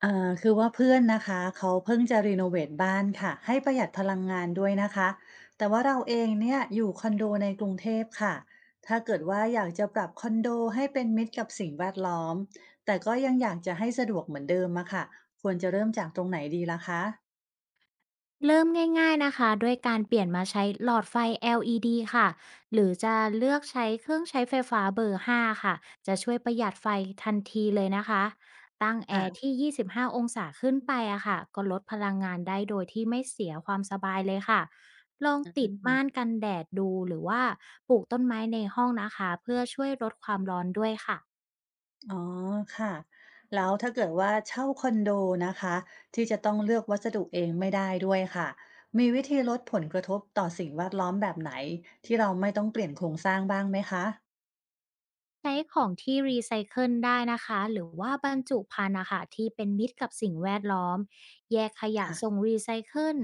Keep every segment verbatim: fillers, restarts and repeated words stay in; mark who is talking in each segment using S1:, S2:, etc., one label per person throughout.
S1: เอ่อคือว่าเพื่อนนะคะเขาเพิ่งจะรีโนเวทบ้านค่ะให้ประหยัดพลังงานด้วยนะคะแต่ว่าเราเองเนี่ยอยู่คอนโดในกรุงเทพค่ะถ้าเกิดว่าอยากจะปรับคอนโดให้เป็นมิตรกับสิ่งแวดล้อมแต่ก็ยังอยากจะให้สะดวกเหมือนเดิมอะค่ะควรจะเริ่มจากตรงไหนดีล่ะคะ
S2: เริ่มง่ายๆนะคะด้วยการเปลี่ยนมาใช้หลอดไฟ แอล อี ดี ค่ะหรือจะเลือกใช้เครื่องใช้ไฟฟ้าเบอร์ ห้า ค่ะจะช่วยประหยัดไฟทันทีเลยนะคะตั้งแอร์
S1: ค่ะ
S2: ที่ ยี่สิบห้า องศาขึ้นไปอะค่ะก็ลดพลังงานได้โดยที่ไม่เสียความสบายเลยค่ะลอง
S1: อื
S2: ติด
S1: ม
S2: ม่านกันแดดดูหรือว่าปลูกต้นไม้ในห้องนะคะเพื่อช่วยลดความร้อนด้วยค่ะ
S1: อ๋อค่ะแล้วถ้าเกิดว่าเช่าคอนโดนะคะที่จะต้องเลือกวัสดุเองไม่ได้ด้วยค่ะมีวิธีลดผลกระทบต่อสิ่งแวดล้อมแบบไหนที่เราไม่ต้องเปลี่ยนโครงสร้างบ้างไหมคะ
S2: ใช้ของที่รีไซเคิลได้นะคะ หรือว่าบรรจุภัณฑ์นะคะที่เป็นมิตรกับสิ่งแวดล้อม แยกขยะส่ง
S1: ค่ะ
S2: รีไซเคิล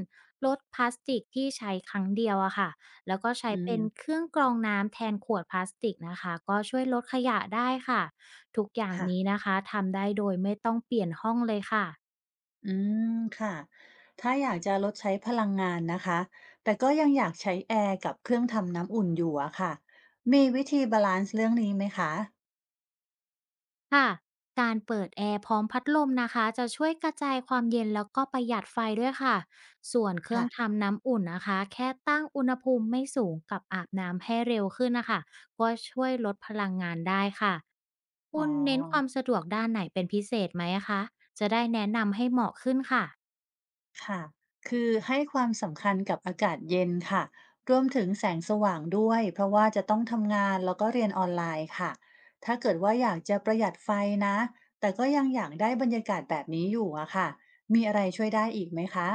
S2: ลดพลาสติกที่ใช้ครั้งเดียวอะค่ะ แล้วก็ใช้
S1: อื
S2: เป็น
S1: ม
S2: เครื่องกรองน้ำแทนขวดพลาสติกนะคะ ก็ช่วยลดขยะได้ค่ะ ทุกอย่าง
S1: ค่ะ
S2: นี้นะคะทำได้โดยไม่ต้องเปลี่ยนห้องเลยค่ะ
S1: อืมค่ะถ้าอยากจะลดใช้พลังงานนะคะแต่ก็ยังอยากใช้แอร์กับเครื่องทำน้ำอุ่นอยู่อะค่ะมีวิธีบาลานซ์เรื่องนี้ไหมคะ
S2: ค่ะการเปิดแอร์พร้อมพัดลมนะคะจะช่วยกระจายความเย็นแล้วก็ประหยัดไฟด้วยค่ะส่วนเครื่อง
S1: ค่ะ
S2: ทำน้ำอุ่นนะคะแค่ตั้งอุณหภูมิไม่สูงกับอาบน้ำให้เร็วขึ้นนะคะก็ช่วยลดพลังงานได้ค่ะ
S1: อ๋อ
S2: คุณเน้นความสะดวกด้านไหนเป็นพิเศษไหมอะคะ
S1: ค่ะ คือให้ความสำคัญกับอากาศเย็นค่ะรวมถึงแสงสว่างด้วยเพราะว่าจะต้องทำงานแล้วก็เรียนออนไลน์ค่ะ ถ้าเกิดว่าอยากจะประหยัดไฟนะ แต่ก็ยังอยากได้บรรยากาศแบบนี้อยู่อะค่ะ มีอะไรช่วยได้อีกไหมคะ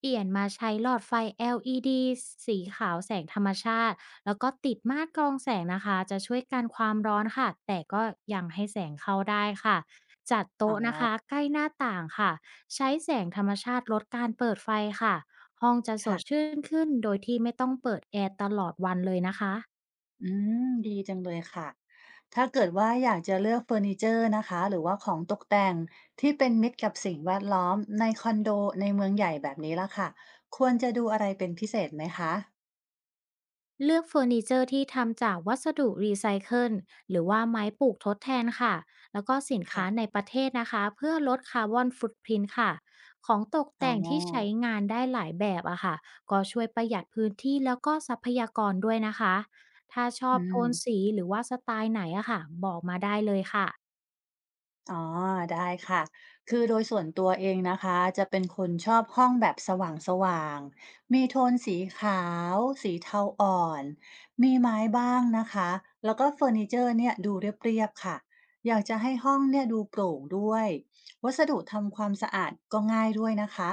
S2: เปลี่ยนมาใช้หลอดไฟ แอล อี ดี สีขาวแสงธรรมชาติแล้วก็ติดม่านกรองแสงนะคะจะช่วยกันความร้อนค่ะแต่ก็ยังให้แสงเข้าได้ค่ะจัดโต๊ะนะคะใกล้หน้าต่างค่ะใช้แสงธรรมชาติลดการเปิดไฟค่ะห้องจะสด
S1: ค่ะ
S2: ชื่นขึ้นโดยที่ไม่ต้องเปิดแอร์ตลอดวันเลยนะคะ
S1: อืมดีจังเลยค่ะ ถ้าเกิดว่าอยากจะเลือกเฟอร์นิเจอร์นะคะหรือว่าของตกแต่งที่เป็นมิตรกับสิ่งแวดล้อมในคอนโดในเมืองใหญ่แบบนี้ละค่ะควรจะดูอะไรเป็นพิเศษไหมคะ
S2: เลือกเฟอร์นิเจอร์ที่ทำจากวัสดุรีไซเคิลหรือว่าไม้ปลูกทดแทนค่ะ แล้วก็สินค้าใน
S1: ค่ะ
S2: ประเทศนะคะเพื่อลดคาร์บอนฟุตพริ้นท์ค่ะ ของตก
S1: อ๋อ
S2: แต่งที่ใช้งานได้หลายแบบอะค่ะ ก็ช่วยประหยัดพื้นที่แล้วก็ทรัพยากรด้วยนะคะ ถ้าชอ
S1: อื
S2: บโท
S1: ม
S2: นสีหรือว่าสไตล์ไหนอะค่ะบอกมาได้เลยค่ะ
S1: อ๋อได้ค่ะ คือโดยส่วนตัวเองนะคะจะเป็นคนชอบห้องแบบสว่างๆมีโทนสีขาว สีเทาอ่อน มีไม้บ้างนะคะ แล้วก็เฟอร์นิเจอร์เนี่ยดูเรียบๆค่ะอยากจะให้ห้องเนี่ยดูโปร่งด้วยวัสดุทำความสะอาดก็ง่ายด้วยนะคะ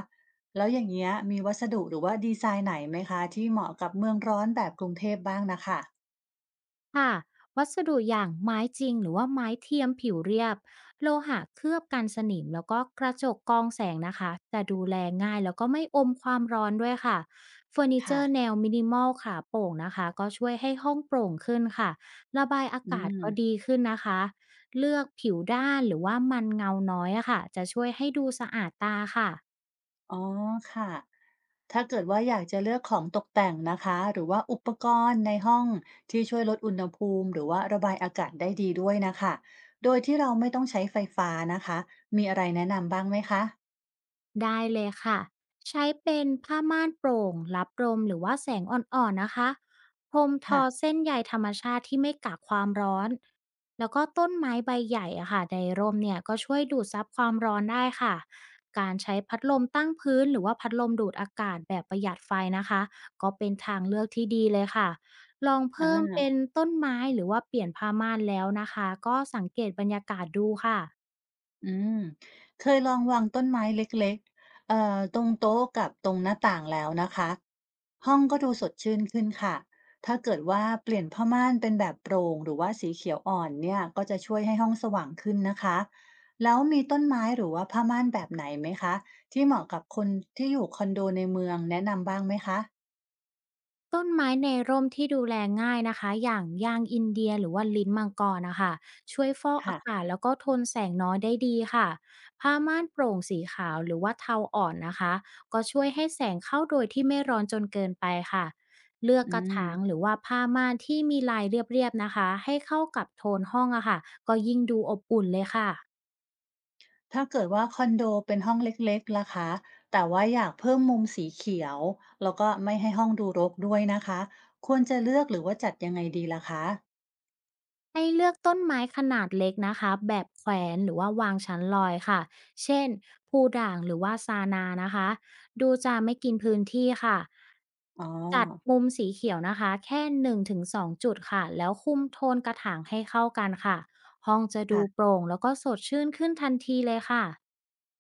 S1: แล้วอย่างเงี้ยมีวัสดุหรือว่าดีไซน์ไหนไหมคะที่เหมาะกับเมืองร้อนแบบกรุงเทพบ้างนะคะ
S2: ค่ะวัสดุอย่างไม้จริงหรือว่าไม้เทียมผิวเรียบโลหะเคลือบกันสนิมแล้วก็กระจกกรองแสงนะคะจะดูแลง่ายแล้วก็ไม่อมความร้อนด้วยค่ะเฟอร์นิเจ
S1: ค่ะ
S2: อร์แนวมินิมอลค่ะโปร่งนะคะก็ช่วยให้ห้องโปร่งขึ้นค่ะระบายอา
S1: อื
S2: กาศ
S1: ม
S2: ก็ดีขึ้นนะคะเลือกผิวด้านหรือว่ามันเงาน้อยอะค่ะจะช่วยให้ดูสะอาดตาค่ะ
S1: อ๋อค่ะ ถ้าเกิดว่าอยากจะเลือกของตกแต่งนะคะหรือว่าอุปกรณ์ในห้องที่ช่วยลดอุณหภูมิหรือว่าระบายอากาศได้ดีด้วยนะคะโดยที่เราไม่ต้องใช้ไฟฟ้านะคะมีอะไรแนะนำบ้างไหมคะ
S2: ได้เลยค่ะใช้เป็นผ้าม่านโปร่งรับลมหรือว่าแสงอ่อนๆนะคะพรมท
S1: ค่ะ
S2: อเส้นใยธรรมชาติที่ไม่กักความร้อนแล้วก็ต้นไม้ใบใหญ่อะค่ะในร่มเนี่ยก็ช่วยดูดซับความร้อนได้ค่ะการใช้พัดลมตั้งพื้นหรือว่าพัดลมดูดอากาศแบบประหยัดไฟนะคะก็เป็นทางเลือกที่ดีเลยค่ะลอง
S1: อ
S2: เพิ่มเป็
S1: า
S2: นต้นไม้หรือว่าเปลี่ยนผ้าม่านแล้วนะคะก็สังเกตบรรยากาศดูค่ะ
S1: อืมเคยลองวางต้นไม้เล็กๆเอ่อตรงโต๊ะกับตรงหน้าต่างแล้วนะคะห้องก็ดูสดชื่นขึ้นค่ะ ถ้าเกิดว่าเปลี่ยนผ้าม่านเป็นแบบโปร่งหรือว่าสีเขียวอ่อนเนี่ยก็จะช่วยให้ห้องสว่างขึ้นนะคะ แล้วมีต้นไม้หรือว่าผ้าม่านแบบไหนไหมคะ ที่เหมาะกับคนที่อยู่คอนโดในเมืองแนะนำบ้างไหมคะ
S2: ต้นไม้ในร่มที่ดูแลง่ายนะคะอย่างยางอินเดียหรือว่าลิ้นมังกรนะคะช่วยฟอกอากา
S1: ค่ะ
S2: ศแล้วก็ทนแสงน้อยได้ดีค่ะผ้าม่านโปร่งสีขาวหรือว่าเทาอ่อนนะคะก็ช่วยให้แสงเข้าโดยที่ไม่ร้อนจนเกินไปค่ะเลือก
S1: อื
S2: กระ
S1: ม
S2: ถางหรือว่าผ้าม่านที่มีลายเรียบๆนะคะให้เข้ากับโทนห้องอะค่ะก็ยิ่งดูอบอุ่นเลยค่ะ
S1: ถ้าเกิดว่าคอนโดเป็นห้องเล็กๆล่ะคะแต่ว่าอยากเพิ่มมุมสีเขียวแล้วก็ไม่ให้ห้องดูรกด้วยนะคะควรจะเลือกหรือว่าจัดยังไงดีล่ะคะ
S2: ให้เลือกต้นไม้ขนาดเล็กนะคะแบบแขวนหรือว่าวางชั้นลอยค่ะเช่นภูด่างหรือว่าซานานะคะดูจะไม่กินพื้นที่ค่ะ
S1: อ๋อ
S2: จัดมุมสีเขียวนะคะแค่หนึึ่งงถงสองจุดค่ะแล้วคุมโทนกระถางให้เข้ากันค่ะห้องจะดูโป
S1: ค่ะ
S2: ร่งแล้วก็สดชื่นขึ้นทันทีเลยค่ะ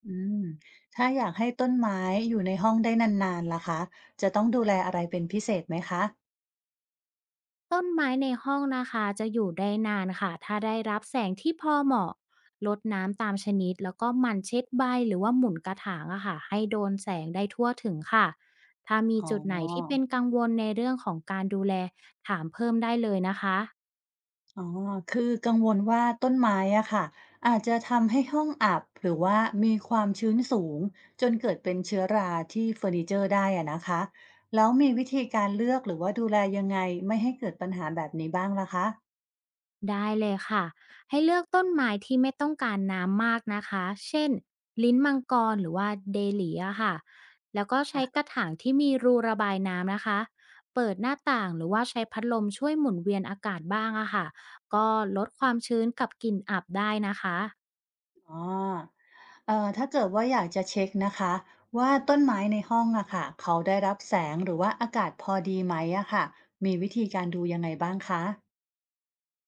S1: อืมถ้าอยากให้ต้นไม้อยู่ในห้องได้นานๆล่ะคะจะต้องดูแลอะไรเป็นพิเศษไหมคะ
S2: ต้นไม้ในห้องนะคะจะอยู่ได้นานค่ะถ้าได้รับแสงที่พอเหมาะรดน้ำตามชนิดแล้วก็หมั่นเช็ดใบหรือว่าหมุนกระถางอะค่ะให้โดนแสงได้ทั่วถึงค่ะถ้ามี
S1: อ๋
S2: จุดไหนที่เป็
S1: อ
S2: นกังวลในเรื่องของการดูแลถามเพิ่มได้เลยนะคะ
S1: อ๋อคือกังวลว่าต้นไม้อะค่ะอาจจะทำให้ห้องอับหรือว่ามีความชื้นสูงจนเกิดเป็นเชื้อราที่เฟอร์นิเจอร์ได้อะนะคะแล้วมีวิธีการเลือกหรือว่าดูแลยังไงไม่ให้เกิดปัญหาแบบนี้บ้างล่ะคะ
S2: ได้เลยค่ะให้เลือกต้นไม้ที่ไม่ต้องการน้ำมากนะคะเช่นลิ้นมังกรหรือว่าเดเลีอะค่ะแล้วก็ใช้ก
S1: อ่ะ
S2: ระถางที่มีรูระบายน้ำนะคะเปิดหน้าต่างหรือว่าใช้พัดลมช่วยหมุนเวียนอากาศบ้างอะค่ะก็ลดความชื้นกับกลิ่นอับได้นะคะ
S1: อ๋อเอ่อถ้าเกิดว่าอยากจะเช็คนะคะว่าต้นไม้ในห้องอะค่ะเขาได้รับแสงหรือว่าอากาศพอดีไหมอะค่ะมีวิธีการดูยังไงบ้างคะ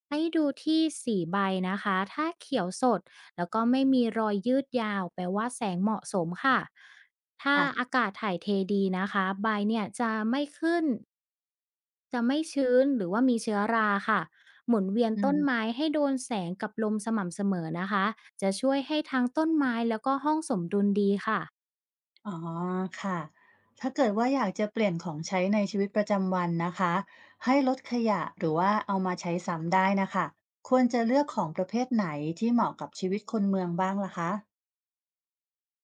S2: ให้ดูที่สีใบนะคะถ้าเขียวสดแล้วก็ไม่มีรอยยืดยาวแปลว่าแสงเหมาะสมค่ะถ้า
S1: อ่ะ
S2: อากาศถ่ายเทดีนะคะใบเนี่ยจะไม่ขึ้น จะไม่ชื้นหรือว่ามีเชื้อราค่ะหมุนเวียน
S1: อื
S2: ต้นไม้
S1: ม
S2: ให้โดนแสงกับลมสม่ำเสมอนะคะจะช่วยให้ทั้งต้นไม้แล้วก็ห้องสมดุลดีค่ะ
S1: อ๋อค่ะถ้าเกิดว่าอยากจะเปลี่ยนของใช้ในชีวิตประจำวันนะคะ ให้ลดขยะหรือว่าเอามาใช้ซ้ำได้นะคะ ควรจะเลือกของประเภทไหนที่เหมาะกับชีวิตคนเมืองบ้างล่ะคะ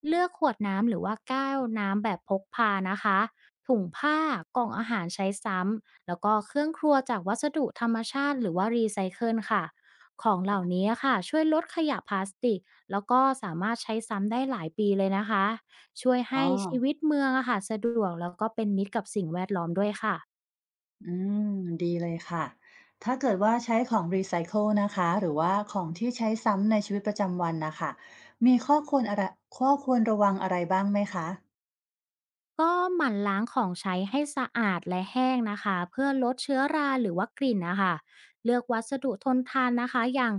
S2: เลือกขวดน้ำหรือว่าแก้วน้ำแบบพกพานะคะถุงผ้ากล่องอาหารใช้ซ้ำแล้วก็เครื่องครัวจากวัสดุธรรมชาติหรือว่ารีไซเคิลค่ะของเหล่านี้ค่ะช่วยลดขยะพลาสติกแล้วก็สามารถใช้ซ้ำได้หลายปีเลยนะคะช่วย
S1: อ๋อ
S2: ให้ชีวิตเมืองอะค่ะสะดวกแล้วก็เป็นมิตรกับสิ่งแวดล้อมด้วยค่ะ
S1: อืมดีเลยค่ะ ถ้าเกิดว่าใช้ของรีไซเคิลนะคะ หรือว่าของที่ใช้ซ้ำในชีวิตประจำวันนะคะ มีข้อควรอะไรข้อควรระวังอะไรบ้างไหมคะ
S2: ก็หมั่นล้างของใช้ให้สะอาดและแห้งนะคะเพื่อลดเชื้อราหรือว่ากลิ่นนะคะเลือกวัสดุทนทานนะคะอย่าง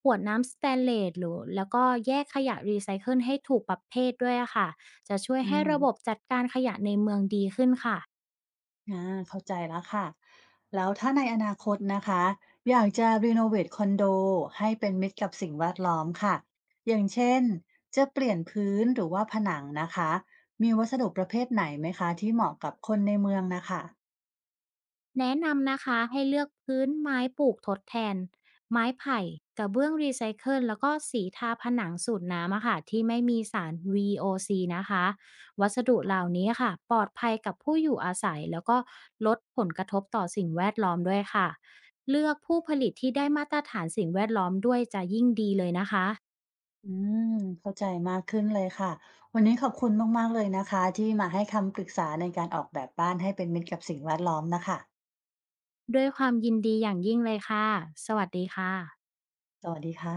S2: ขวดน้ำสแตนเลสหรือแล้วก็แยกขยะรีไซเคิลให้ถูกประเภทด้วยอะค่ะจะช่วย
S1: อื
S2: ให้
S1: ม
S2: ระบบจัดการขยะในเมืองดีขึ้นค่ะ
S1: อาเข้าใจแล้วค่ะแล้วถ้าในอนาคตนะคะอยากจะรีโนเวทคอนโดให้เป็นมิตรกับสิ่งแวดล้อมค่ะอย่างเช่นจะเปลี่ยนพื้นหรือว่าผนังนะคะมีวัสดุประเภทไหนไหมคะที่เหมาะกับคนในเมืองนะคะ
S2: แนะนำนะคะให้เลือกพื้นไม้ปลูกทดแทนไม้ไผ่กระเบื้องรีไซเคิลแล้วก็สีทาผนังสูตรน้ำอะค่ะที่ไม่มีสาร วี โอ ซี นะคะวัสดุเหล่านี้ค่ะปลอดภัยกับผู้อยู่อาศัยแล้วก็ลดผลกระทบต่อสิ่งแวดล้อมด้วยค่ะเลือกผู้ผลิตที่ได้มาตรฐานสิ่งแวดล้อมด้วยจะยิ่งดีเลยนะคะ
S1: อืมเข้าใจมากขึ้นเลยค่ะวันนี้ขอบคุณมากๆเลยนะคะที่มาให้คำปรึกษาในการออกแบบบ้านให้เป็นมิตรกับสิ่งแวดล้อมน่ะคะ
S2: ด้วยความยินดีอย่างยิ่งเลยค่ะสวัสดีค่ะ
S1: สวัสดีค่ะ